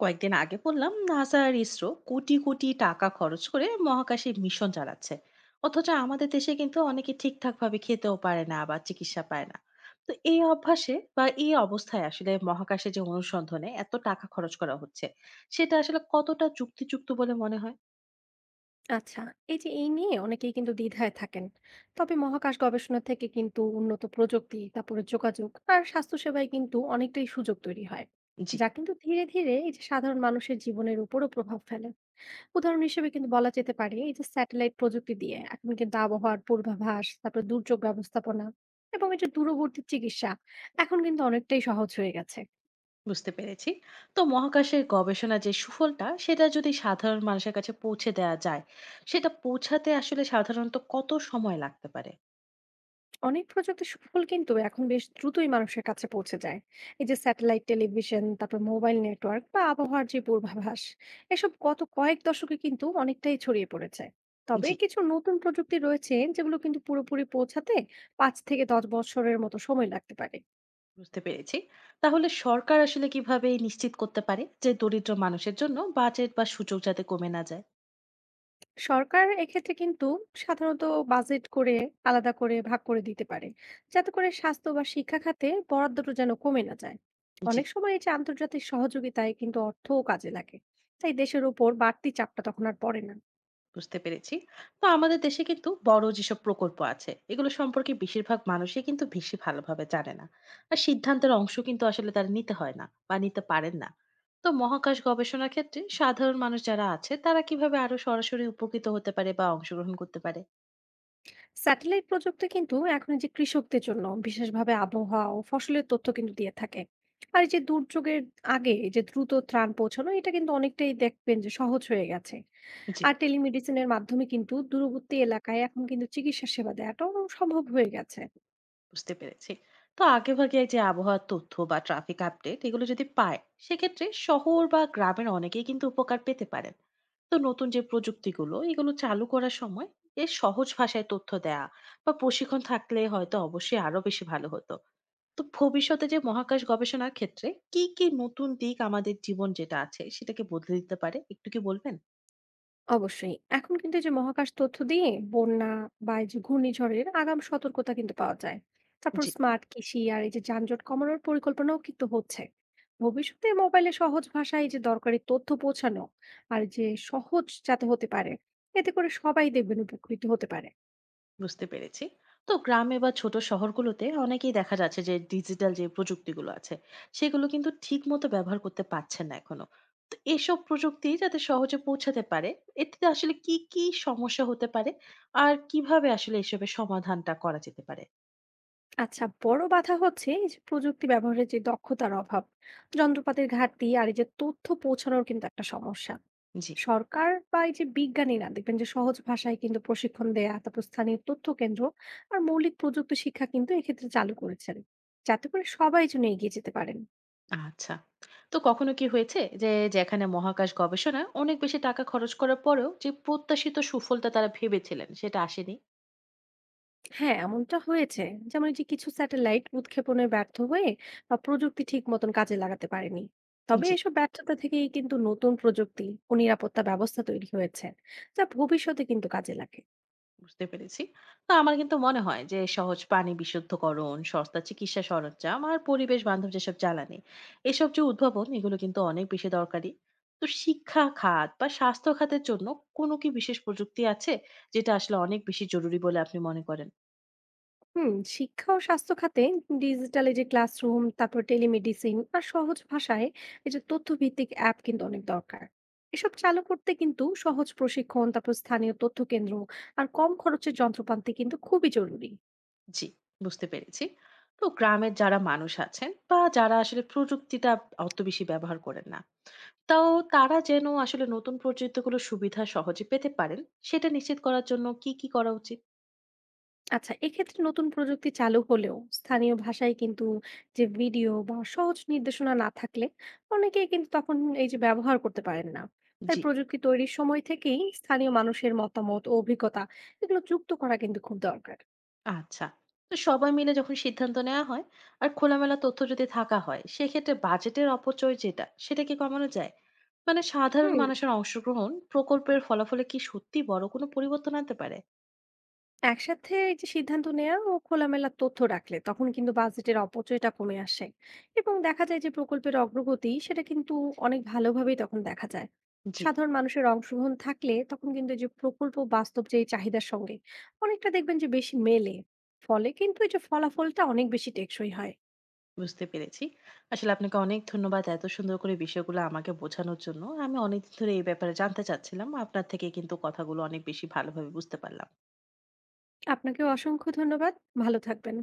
কয়েকদিন আগে বললাম, নাসা আর ইসরো কোটি কোটি টাকা খরচ করে মহাকাশে মিশন চালাচ্ছে, অথচ আমাদের দেশে কিন্তু অনেকে ঠিকঠাক ভাবে খেতেও পারে না বা চিকিৎসা পায় না। তো এই অভ্যাসে বা এই অবস্থায় আসলে মহাকাশে যে অনুসন্ধানে এত টাকা খরচ করা হচ্ছে, সেটা আসলে কতটা যুক্তিযুক্ত বলে মনে হয়? আচ্ছা, এই যে এই নিয়ে অনেকেই কিন্তু দ্বিধায় থাকেন। তবে মহাকাশ গবেষণা থেকে কিন্তু উন্নত প্রযুক্তি, তারপরে যোগাযোগ আর স্বাস্থ্যসেবায় কিন্তু অনেকটাই সুযোগ তৈরি হয়, জি, যা কিন্তু ধীরে ধীরে এই যে সাধারণ মানুষের জীবনের উপরও প্রভাব ফেলে। উদাহরণ হিসেবে কিন্তু বলা যেতে পারে, এই যে স্যাটেলাইট প্রযুক্তি দিয়ে এখন কিন্তু আবহাওয়ার পূর্বাভাস, তারপর দুর্যোগ ব্যবস্থাপনা এবং এই যে দূরবর্তী চিকিৎসা এখন কিন্তু অনেকটাই সহজ হয়ে গেছে। বুঝতে পেরেছি। তো মহাকাশের গবেষণা যে সুফলটা, সেটা যদি সাধারণ মানুষের কাছে পৌঁছে দেওয়া যায়, সেটা পৌঁছাতে আসলে সাধারণত কত সময় লাগতে পারে? অনেক প্রযুক্তির সুফল কিন্তু এখন বেশ দ্রুতই মানুষের কাছে পৌঁছে যায়। এই যে স্যাটেলাইট টেলিভিশন, তারপর মোবাইল নেটওয়ার্ক বা আবহাওয়ার যে পূর্বাভাস, এসব গত কয়েক দশকে কিন্তু অনেকটাই ছড়িয়ে পড়েছে। তবে জি, কিছু নতুন প্রযুক্তি রয়েছে যেগুলো কিন্তু পুরোপুরি পৌঁছাতে 5 থেকে 10 বছরের মতো সময় লাগতে পারে। বুঝতে পেরেছি। তাহলে সরকার আসলে কিভাবে নিশ্চিত করতে পারে যে দরিদ্র মানুষের জন্য বাজেট বা সুযোগ যাতে কমে না যায়? সরকার এক্ষেত্রে কিন্তু সাধারণত বাজেট করে আলাদা করে ভাগ করে দিতে পারে, যাতে করে স্বাস্থ্য বা শিক্ষা খাতে বরাদ্দটা যেন কমে না যায়। জি, অনেক সময় এই যে আন্তর্জাতিক সহযোগিতায় কিন্তু অর্থও কাজে লাগে, তাই দেশের উপর বাড়তি চাপটা তখন আর পড়ে না। বুঝতে পেরেছি। তো আমাদের দেশে কিন্তু বড় যেসব প্রকল্প আছে, এগুলো সম্পর্কে বেশিরভাগ মানুষই কিন্তু বেশি ভালোভাবে জানে না। আর সিদ্ধান্তের অংশ কিন্তু আসলে তারা নিতে হয় না বা নিতে পারেন না। তো মহাকাশ গবেষণার ক্ষেত্রে সাধারণ মানুষ যারা আছে, তারা কিভাবে আরো সরাসরি উপকৃত হতে পারে বা অংশগ্রহণ করতে পারে? স্যাটেলাইট প্রযুক্তি কিন্তু এখন এই যে কৃষকদের জন্য বিশেষভাবে আবহাওয়া ও ফসলের তথ্য কিন্তু দিয়ে থাকে। আর এই যে দুর্যোগের আগে এই যে দ্রুত ত্রাণ পৌঁছানো, এটা কিন্তু অনেকটাই দেখবেন যে সহজ হয়ে গেছে। জি, আর টেলিমেডিসিনের মাধ্যমে কিন্তু দূরবর্তী এলাকায় এখন কিন্তু চিকিৎসা সেবা দেওয়াটাও সম্ভব হয়ে গেছে। বুঝতে পেরেছি। তো আগেভাগে এই যে আবহাওয়ার তথ্য বা ট্রাফিক আপডেট এগুলো যদি পায়, সেক্ষেত্রে শহর বা গ্রামের অনেকেই কিন্তু উপকার পেতে পারেন। তো নতুন যে প্রযুক্তিগুলো এগুলো চালু করার সময় এর সহজ ভাষায় তথ্য দেয়া বা প্রশিক্ষণ থাকলে হয়তো অবশ্যই আরো বেশি ভালো হতো। তো ভবিষ্যতে যে মহাকাশ গবেষণার ক্ষেত্রে কি কি নতুন দিক আমাদের জীবন যেটা আছে সেটাকে বদলে দিতে পারে, একটু কি বলবেন? অবশ্যই এখন কিন্তু এই যে মহাকাশ তথ্য দিয়ে বন্যা বা এই যে ঘূর্ণিঝড়ের আগাম সতর্কতা কিন্তু পাওয়া যায়। তারপর জি, স্মার্ট কৃষি আর এই যে যানজট কমানোর পরিকল্পনাও কিন্তু হচ্ছে। ভবিষ্যতে মোবাইলে সহজ ভাষায় এই যে দরকারি তথ্য পৌঁছানো আর যে সহজ যাতে হতে পারে, এতে করে সবাই দেখবেন উপকৃত হতে পারে। বুঝতে পেরেছি। তো গ্রামে বা ছোট শহরগুলোতে অনেকেই দেখা যাচ্ছে যে ডিজিটাল যে প্রযুক্তিগুলো আছে, সেগুলো কিন্তু ঠিক মতো ব্যবহার করতে পারছেন না এখনো। তো এসব প্রযুক্তি যাতে সহজে পৌঁছাতে পারে, এতে আসলে কি কি সমস্যা হতে পারে, আর কিভাবে আসলে এসবের সমাধানটা করা যেতে পারে? আচ্ছা, বড় বাধা হচ্ছে এই যে প্রযুক্তি ব্যবহারের যে দক্ষতার অভাব, যন্ত্রপাতির ঘাটতি আর এই যে তথ্য পৌঁছানোর কিন্তু একটা সমস্যা। জি, সরকার বা এই যে বিজ্ঞানীরা দেখবেন যে সহজ ভাষায় কিন্তু প্রশিক্ষণ দেয়া, তারপর স্থানীয় তথ্য কেন্দ্র আর মৌলিক প্রযুক্তি শিক্ষা কিন্তু এক্ষেত্রে চালু করেছেন, যাতে করে সবাই যেন এগিয়ে যেতে পারেন। আচ্ছা। তো কখনো কি হয়েছে যে যেখানে মহাকাশ গবেষণায় অনেক বেশি টাকা খরচ করার পরেও যে প্রত্যাশিত সুফলটা তারা ভেবেছিলেন সেটা আসেনি? হ্যাঁ, এমনটা হয়েছে। যেমন এই যে কিছু স্যাটেলাইট উৎক্ষেপণে ব্যর্থ হয়ে বা প্রযুক্তি ঠিক মতন কাজে লাগাতে পারেনি। তবে জি, এসব ব্যর্থতা থেকেই কিন্তু নতুন প্রযুক্তি ও নিরাপত্তা ব্যবস্থা তৈরি হয়েছে, যা ভবিষ্যতে কিন্তু কাজে লাগে। বুঝতে পেরেছি। তো আমার কিন্তু মনে হয় যে সহজ পানি বিশুদ্ধকরণ, সস্তা চিকিৎসা সরঞ্জাম আর পরিবেশ বান্ধব যেসব জ্বালানি, এসব যে উদ্ভাবন এগুলো কিন্তু অনেক বেশি দরকারি। তো শিক্ষা খাত বা স্বাস্থ্য খাতের জন্য কোনো কি বিশেষ প্রযুক্তি আছে যেটা আসলে অনেক বেশি জরুরি বলে আপনি মনে করেন? হুম, শিক্ষা ও স্বাস্থ্য খাতে ডিজিটাল এই যে ক্লাসরুম, তারপর টেলিমেডিসিন আর সহজ ভাষায় এই যে তথ্যভিত্তিক অ্যাপ কিন্তু অনেক দরকার। এসব চালু করতে কিন্তু সহজ প্রশিক্ষণ, তারপর স্থানীয় তথ্য কেন্দ্র আর কম খরচের যন্ত্রপাতি কিন্তু খুবই জরুরি। জি, বুঝতে পেরেছি। তো গ্রামের যারা মানুষ আছেন বা যারা আসলে প্রযুক্তিটা অত বেশি ব্যবহার করেন না, তো তারা যেন আসলে নতুন প্রযুক্তিগুলোর সুবিধা সহজে পেতে পারেন সেটা নিশ্চিত করার জন্য কি, কি করা উচিত? আচ্ছা, এক্ষেত্রে নতুন প্রযুক্তি চালু হলেও স্থানীয় ভাষায় কিন্তু যে ভিডিও বা সহজ নির্দেশনা না থাকলে অনেকেই কিন্তু তখন এই যে ব্যবহার করতে পারেন না। তাই জি, প্রযুক্তি তৈরির সময় থেকেই স্থানীয় মানুষের মতামত ও অভিজ্ঞতা এগুলো যুক্ত করা কিন্তু খুব দরকার। আচ্ছা। তো সবাই মিলে যখন সিদ্ধান্ত নেওয়া হয় আর খোলামেলা তথ্য যদি থাকা হয়, সেক্ষেত্রে বাজেটের অপচয় যেটা, সেটা কি কমানো যায়? মানে সাধারণ হুম, মানুষের অংশগ্রহণ প্রকল্পের ফলাফলে কি সত্যি বড় কোনো পরিবর্তন আনতে পারে? একসাথে এই যে সিদ্ধান্ত নেওয়া ও খোলামেলা তথ্য রাখলে তখন কিন্তু বাজেটের অপচয়টা কমে আসে এবং দেখা যায় যে প্রকল্পের অগ্রগতি সেটা কিন্তু অনেক ভালোভাবেই তখন দেখা যায়। জি, সাধারণ মানুষের অংশগ্রহণ থাকলে তখন কিন্তু এই যে প্রকল্প বাস্তব যে এই চাহিদার সঙ্গে অনেকটা দেখবেন যে বেশি মেলে, ফলে কিন্তু এই যে ফলাফলটা অনেক বেশি টেকসই হয়। বুঝতে পেরেছি। আসলে আপনাকে অনেক ধন্যবাদ এত সুন্দর করে বিষয়গুলো আমাকে বোঝানোর জন্য। আমি অনেকদিন ধরে এই ব্যাপারে জানতে চাচ্ছিলাম। আপনার থেকে কিন্তু কথাগুলো অনেক বেশি ভালোভাবে বুঝতে পারলাম। আপনাকেও অসংখ্য ধন্যবাদ, ভালো থাকবেন।